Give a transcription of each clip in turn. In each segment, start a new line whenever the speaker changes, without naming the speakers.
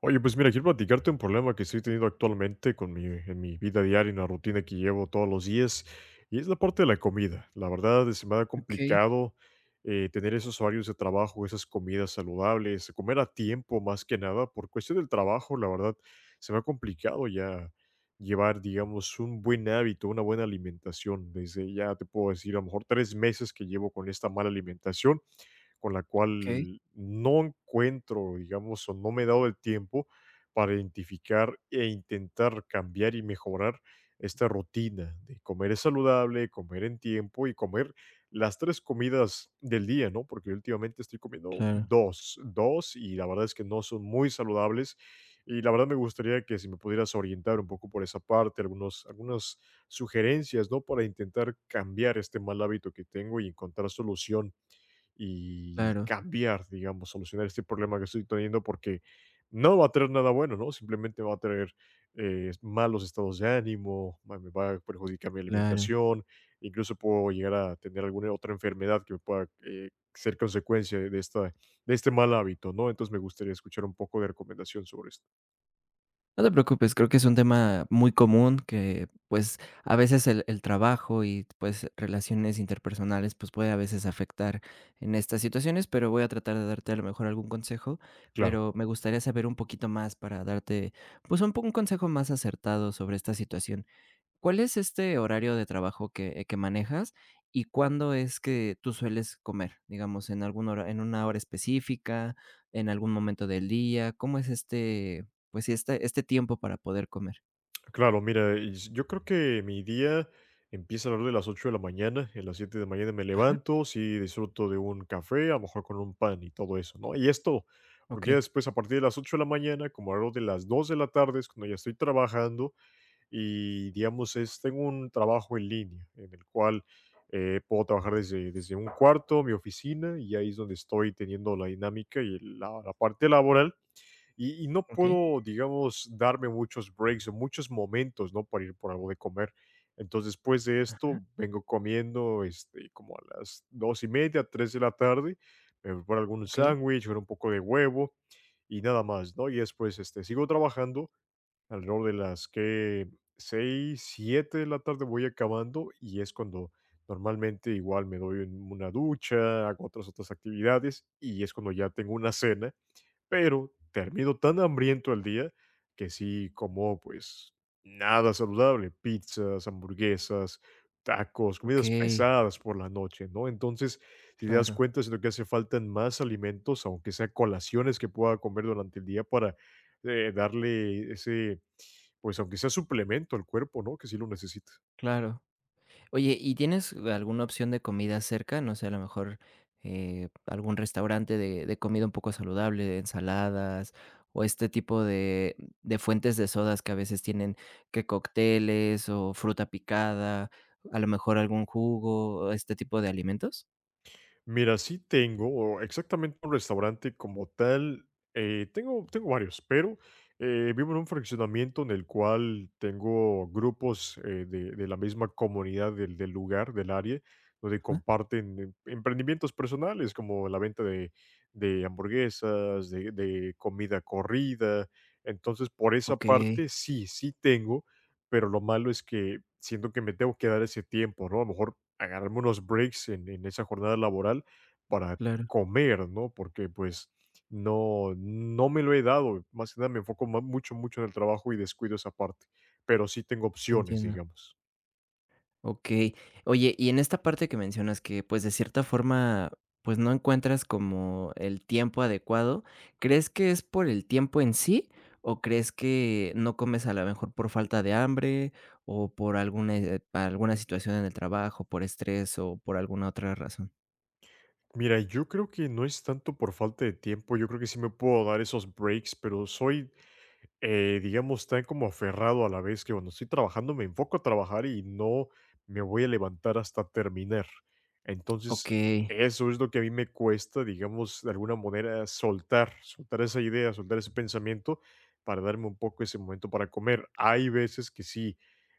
Oye, pues mira, quiero platicarte un problema que estoy teniendo actualmente en mi vida diaria, en la rutina que llevo todos los días, y es la parte de la comida. La verdad, se me ha
Okey,
complicado tener esos horarios de trabajo, esas comidas saludables, comer a tiempo más que nada. Por cuestión del trabajo, la verdad, se me ha complicado ya llevar, digamos, un buen hábito, una buena alimentación. Desde ya te puedo decir, a lo mejor 3 meses que llevo con esta mala alimentación con la
okey.
cual no encuentro, digamos, o no me he dado el tiempo para identificar e intentar cambiar y mejorar esta rutina de comer saludable, comer en tiempo y comer las tres comidas del día, ¿no? Porque últimamente estoy comiendo
Claro,
dos, dos y la verdad es que no son muy saludables y la verdad me gustaría que si me pudieras orientar un poco por esa parte, algunas sugerencias, ¿no? Para intentar cambiar este mal hábito que tengo y encontrar solución y
claro,
cambiar, digamos, solucionar este problema que estoy teniendo porque no va a traer nada bueno, ¿no? Simplemente va a traer malos estados de ánimo, me va a perjudicar mi
claro.
alimentación, incluso puedo llegar a tener alguna otra enfermedad que me pueda ser consecuencia de este mal hábito, ¿no? Entonces me gustaría escuchar un poco de recomendación sobre esto.
No te preocupes, creo que es un tema muy común que, pues, a veces el trabajo y, pues, relaciones interpersonales, pues, puede a veces afectar en estas situaciones, pero voy a tratar de darte a lo mejor algún consejo,
Claro.
pero me gustaría saber un poquito más para darte, pues, un consejo más acertado sobre esta situación. ¿Cuál es este horario de trabajo que manejas y cuándo es que tú sueles comer? Digamos, en una hora específica, en algún momento del día. ¿Cómo es este, pues sí, este tiempo para poder comer?
Claro, mira, y yo creo que mi día empieza alrededor de las 8 de la mañana. A las 7 de la mañana me
Ajá,
levanto, sí disfruto de un café, a lo mejor con un pan y todo eso, ¿no? Y esto,
ok,
porque ya después, a partir de las 8 de la mañana, como alrededor de las 2 de la tarde, es cuando ya estoy trabajando y, digamos, tengo un trabajo en línea en el cual puedo trabajar desde, un cuarto, mi oficina, y ahí es donde estoy teniendo la dinámica y la parte laboral y no
ok,
puedo, digamos, darme muchos breaks o muchos momentos, ¿no? Para ir por algo de comer. Entonces, después de
ajá,
esto, vengo comiendo como a las 2:30, 3 de la tarde, me preparo algún
ok,
sándwich con un poco de huevo y nada más, ¿no? Y después sigo trabajando alrededor de las que 6, 7 de la tarde voy acabando y es cuando normalmente igual me doy una ducha, hago otras actividades y es cuando ya tengo una cena pero termino tan hambriento al día que sí como pues nada saludable, pizzas, hamburguesas, tacos,
ok,
comidas pesadas por la noche, ¿no? Entonces, si te das
claro,
cuenta, siento que hace falta más alimentos, aunque sea colaciones que pueda comer durante el día para darle ese, pues aunque sea suplemento al cuerpo, ¿no? Que sí lo necesita.
claro. Oye, ¿y tienes alguna opción de comida cerca? No sé, a lo mejor algún restaurante de comida un poco saludable, de ensaladas o este tipo de fuentes de sodas que a veces tienen que cócteles o fruta picada, a lo mejor algún jugo, este tipo de alimentos.
Mira, sí tengo exactamente un restaurante como tal. Tengo varios, pero vivo en un fraccionamiento en el cual tengo grupos de la misma comunidad del, del lugar, del área, donde
Ajá.
comparten emprendimientos personales como la venta de hamburguesas, de comida corrida. Entonces, por esa
Ok,
parte, sí, sí tengo, pero lo malo es que siento que me tengo que dar ese tiempo, ¿no? A lo mejor agarrarme unos breaks en esa jornada laboral para
claro,
comer, ¿no? Porque, pues, no me lo he dado, más que nada me enfoco ma mucho, mucho en el trabajo y descuido esa parte, pero sí tengo opciones,
entiendo.
digamos.
Okey. Oye, y en esta parte que mencionas que, pues, de cierta forma, pues, no encuentras como el tiempo adecuado, ¿crees que es por el tiempo en sí, o crees que no comes a lo mejor por falta de hambre, o por alguna, alguna situación en el trabajo, por estrés, o por alguna otra razón?
Mira, yo creo que no es tanto por falta de tiempo, yo creo que sí me puedo dar esos breaks, pero soy digamos, tan como aferrado a la vez que, bueno, estoy trabajando, me enfoco a trabajar y no me voy a levantar hasta terminar. Entonces,
Okey,
eso es lo que a mí me cuesta, digamos, de alguna manera soltar, soltar esa idea, soltar ese pensamiento para darme un poco ese momento para comer. Hay veces que sí,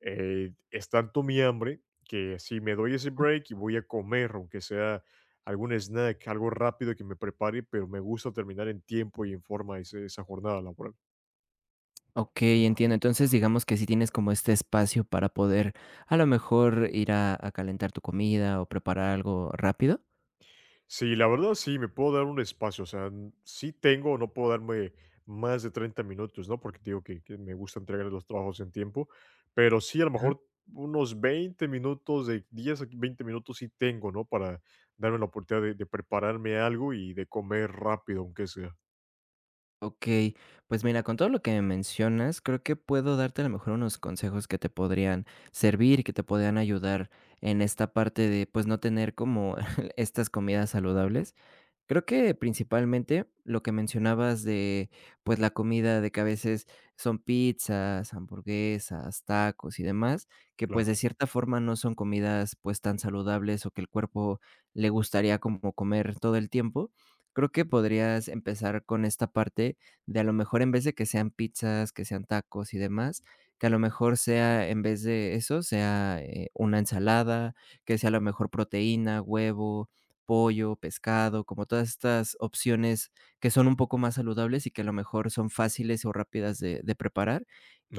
es tanto mi hambre que si me doy ese break y voy a comer, aunque sea algún snack, algo rápido que me prepare, pero me gusta terminar en tiempo y en forma esa jornada laboral.
okey, entiendo. Entonces, digamos que si tienes como este espacio para poder, a lo mejor, ir a calentar tu comida, o preparar algo rápido.
Sí, la verdad sí, me puedo dar un espacio, o sea, sí tengo, no puedo darme más de 30 minutos, ¿no? Porque te digo que me gusta entregar los trabajos en tiempo, pero sí, a lo
Ajá.
mejor unos 20 minutos, de 10, a 20 minutos sí tengo, ¿no? Para darme la oportunidad de prepararme algo y de comer rápido, aunque sea.
Okey, pues mira, con todo lo que me mencionas, creo que puedo darte a lo mejor unos consejos que te podrían servir que te podrían ayudar en esta parte de, pues, no tener como estas comidas saludables. Creo que principalmente lo que mencionabas de, pues, la comida de que a veces son pizzas, hamburguesas, tacos y demás, que, pues, de
Claro,
cierta forma no son comidas, pues, tan saludables o que el cuerpo le gustaría como comer todo el tiempo. Creo que podrías empezar con esta parte de, a lo mejor, en vez de que sean pizzas, que sean tacos y demás, que a lo mejor sea, en vez de eso, sea, una ensalada, que sea a lo mejor proteína, huevo, pollo, pescado, como todas estas opciones que son un poco más saludables y que a lo mejor son fáciles o rápidas de preparar.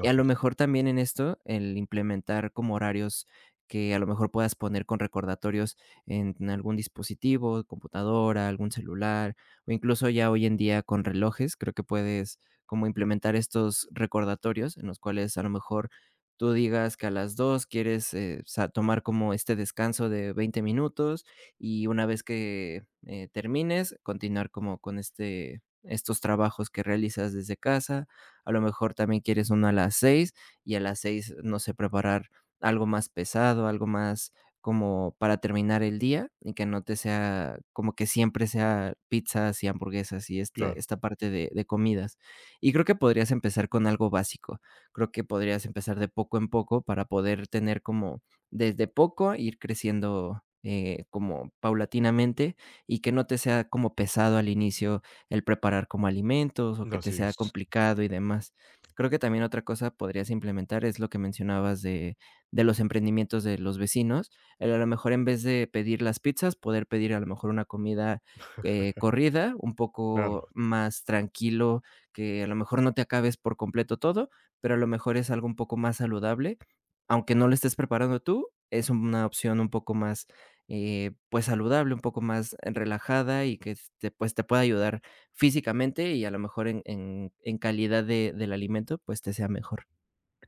Y a lo
es.
mejor también en esto, el implementar como horarios que a lo mejor puedas poner con recordatorios en algún dispositivo, computadora, algún celular, o incluso ya hoy en día con relojes, creo que puedes como implementar estos recordatorios en los cuales a lo mejor tú digas que a las 2 quieres, sa tomar como este descanso de 20 minutos y una vez que, termines, continuar como con estos trabajos que realizas desde casa a lo mejor también quieres uno a las 6 y a las 6 no sé, preparar algo más pesado, algo más como para terminar el día y que no te sea como que siempre sea pizzas y hamburguesas y esta
Claro,
esta parte de comidas. Y creo que podrías empezar con algo básico. Creo que podrías empezar de poco en poco para poder tener como desde poco ir creciendo, como paulatinamente y que no te sea como pesado al inicio el preparar como alimentos o que te
así
sea
es.
complicado y demás. Creo que también otra cosa podrías implementar es lo que mencionabas de los emprendimientos de los vecinos, el a lo mejor en vez de pedir las pizzas, poder pedir a lo mejor una comida, corrida, un
Claro.
poco más tranquilo, que a lo mejor no te acabes por completo todo, pero a lo mejor es algo un poco más saludable, aunque no lo estés preparando tú, es una opción un poco más, pues, saludable, un poco más relajada y que te, pues, te pueda ayudar físicamente y a lo mejor en calidad de del alimento, pues, te sea mejor.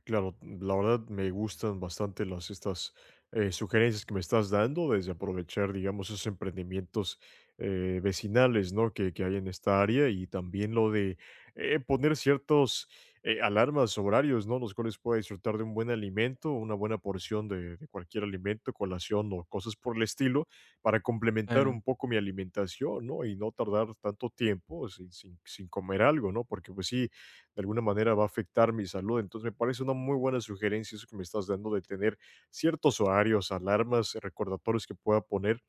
Claro, la verdad me gustan bastante las estas sugerencias que me estás dando, desde aprovechar, digamos, esos emprendimientos vecinales, ¿no? Que hay en esta área y también lo de poner ciertos alarmas, horarios, ¿no? Los cuales pueda disfrutar de un buen alimento, una buena porción de cualquier alimento, colación o cosas por el estilo, para complementar
Claro,
un poco mi alimentación, ¿no? Y no tardar tanto tiempo sin comer algo, ¿no? Porque pues sí de alguna manera va a afectar mi salud. Entonces me parece una muy buena sugerencia eso que me estás dando de tener ciertos horarios, alarmas, recordatorios que pueda poner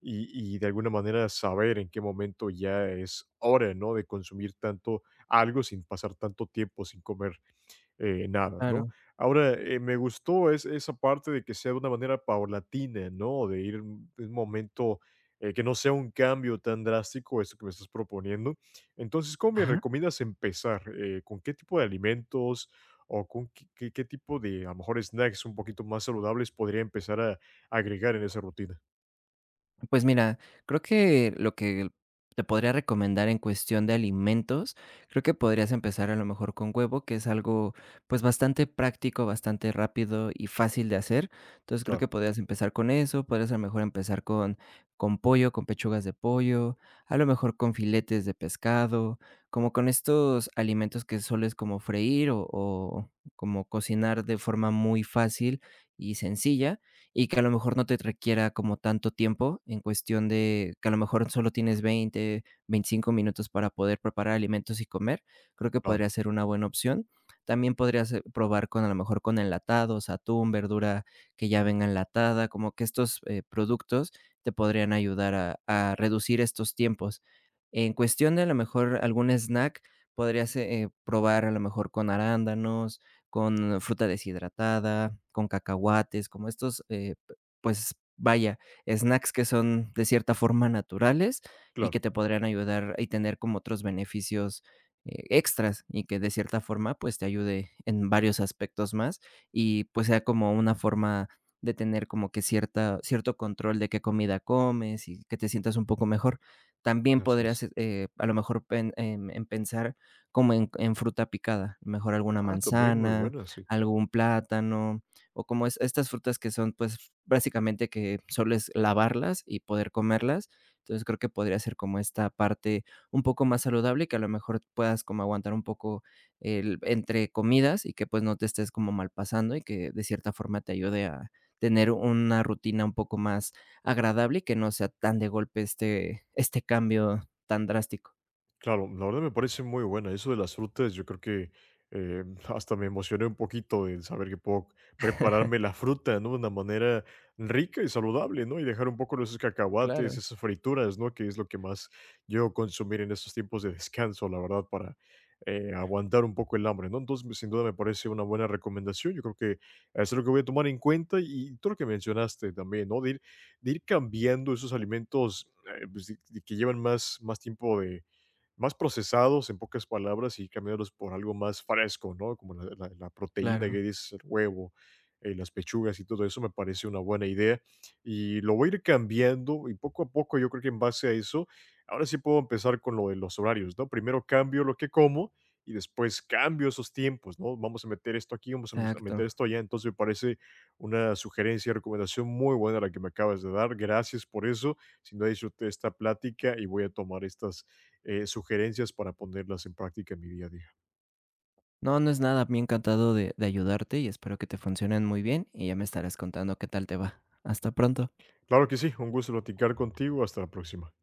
y de alguna manera saber en qué momento ya es hora, ¿no? De consumir tanto algo sin pasar tanto tiempo sin comer nada, ¿no?
claro.
Ahora, me gustó esa parte de que sea de una manera paulatina, ¿no? De ir de un momento, que no sea un cambio tan drástico, esto que me estás proponiendo. Entonces, ¿cómo me
Ajá.
recomiendas empezar? ¿Con qué tipo de alimentos o con qué tipo de, a lo mejor, snacks un poquito más saludables podría empezar a agregar en esa rutina?
Pues mira, creo que lo que te podría recomendar en cuestión de alimentos, creo que podrías empezar a lo mejor con huevo, que es algo pues bastante práctico, bastante rápido y fácil de hacer. Entonces creo
Claro,
que podrías empezar con eso, podrías a lo mejor empezar con pollo, con pechugas de pollo, a lo mejor con filetes de pescado, como con estos alimentos que solo es como freír o como cocinar de forma muy fácil y sencilla y que a lo mejor no te requiera como tanto tiempo en cuestión de que a lo mejor solo tienes 20, 25 minutos para poder preparar alimentos y comer, creo que
claro,
podría ser una buena opción. También podrías probar con a lo mejor con enlatados, atún, verdura que ya venga enlatada, como que estos productos te podrían ayudar a reducir estos tiempos. En cuestión de a lo mejor algún snack, podrías probar a lo mejor con arándanos, con fruta deshidratada, con cacahuates, como estos, p pues, vaya, snacks que son de cierta forma naturales y
claro,
que te podrían ayudar y tener como otros beneficios, extras, y que de cierta forma, pues, te ayude en varios aspectos más, y, pues, sea como una forma de tener como que cierta cierto control de qué comida comes y que te sientas un poco mejor. También
así es.
podrías, a lo mejor, en pensar como en fruta picada, mejor alguna
Ah, también muy
manzana,
buena, sí.
algún plátano, o como es estas frutas que son, pues, básicamente que solo es lavarlas y poder comerlas. Entonces, creo que podría ser como esta parte un poco más saludable, y que a lo mejor puedas como aguantar un poco el entre comidas y que, pues, no te estés como mal pasando y que de cierta forma te ayude a tener una rutina un poco más agradable y que no sea tan de golpe este cambio tan drástico.
Claro, la verdad me parece muy buena. Eso de las frutas, yo creo que hasta me emocioné un poquito el saber que puedo prepararme la fruta, ¿no? De una manera rica y saludable, ¿no? Y dejar un poco esos
Claro,
cacahuates, esas frituras, ¿no? Que es lo que más yo consumir en estos tiempos de descanso, la verdad, para aguantar un poco el hambre, ¿no? Entonces, sin duda me parece una buena recomendación. Yo creo que es lo que voy a tomar en cuenta y todo lo que mencionaste también, ¿no? De ir cambiando esos alimentos pues, de que llevan más, más tiempo de más procesados, en pocas palabras, y cambiarlos por algo más fresco, ¿no? Como la proteína que
claro,
dices, el huevo, las pechugas y todo eso, me parece una buena idea. Y lo voy a ir cambiando, y poco a poco, yo creo que en base a eso, ahora sí puedo empezar con lo de los horarios, ¿no? Primero cambio lo que como y después cambio esos tiempos, ¿no? Vamos a meter esto aquí, vamos a mes a meter
exacto.
esto allá. Entonces, me parece una sugerencia, recomendación muy buena la que me acabas de dar. Gracias por eso. Sin duda disfruté esta plática y voy a tomar estas sugerencias para ponerlas en práctica en mi día a día.
No, no es nada, me ha encantado de ayudarte y espero que te funcionen muy bien, y ya me estarás contando qué tal te va. Hasta pronto.
Claro que sí, un gusto platicar contigo. Hasta la próxima.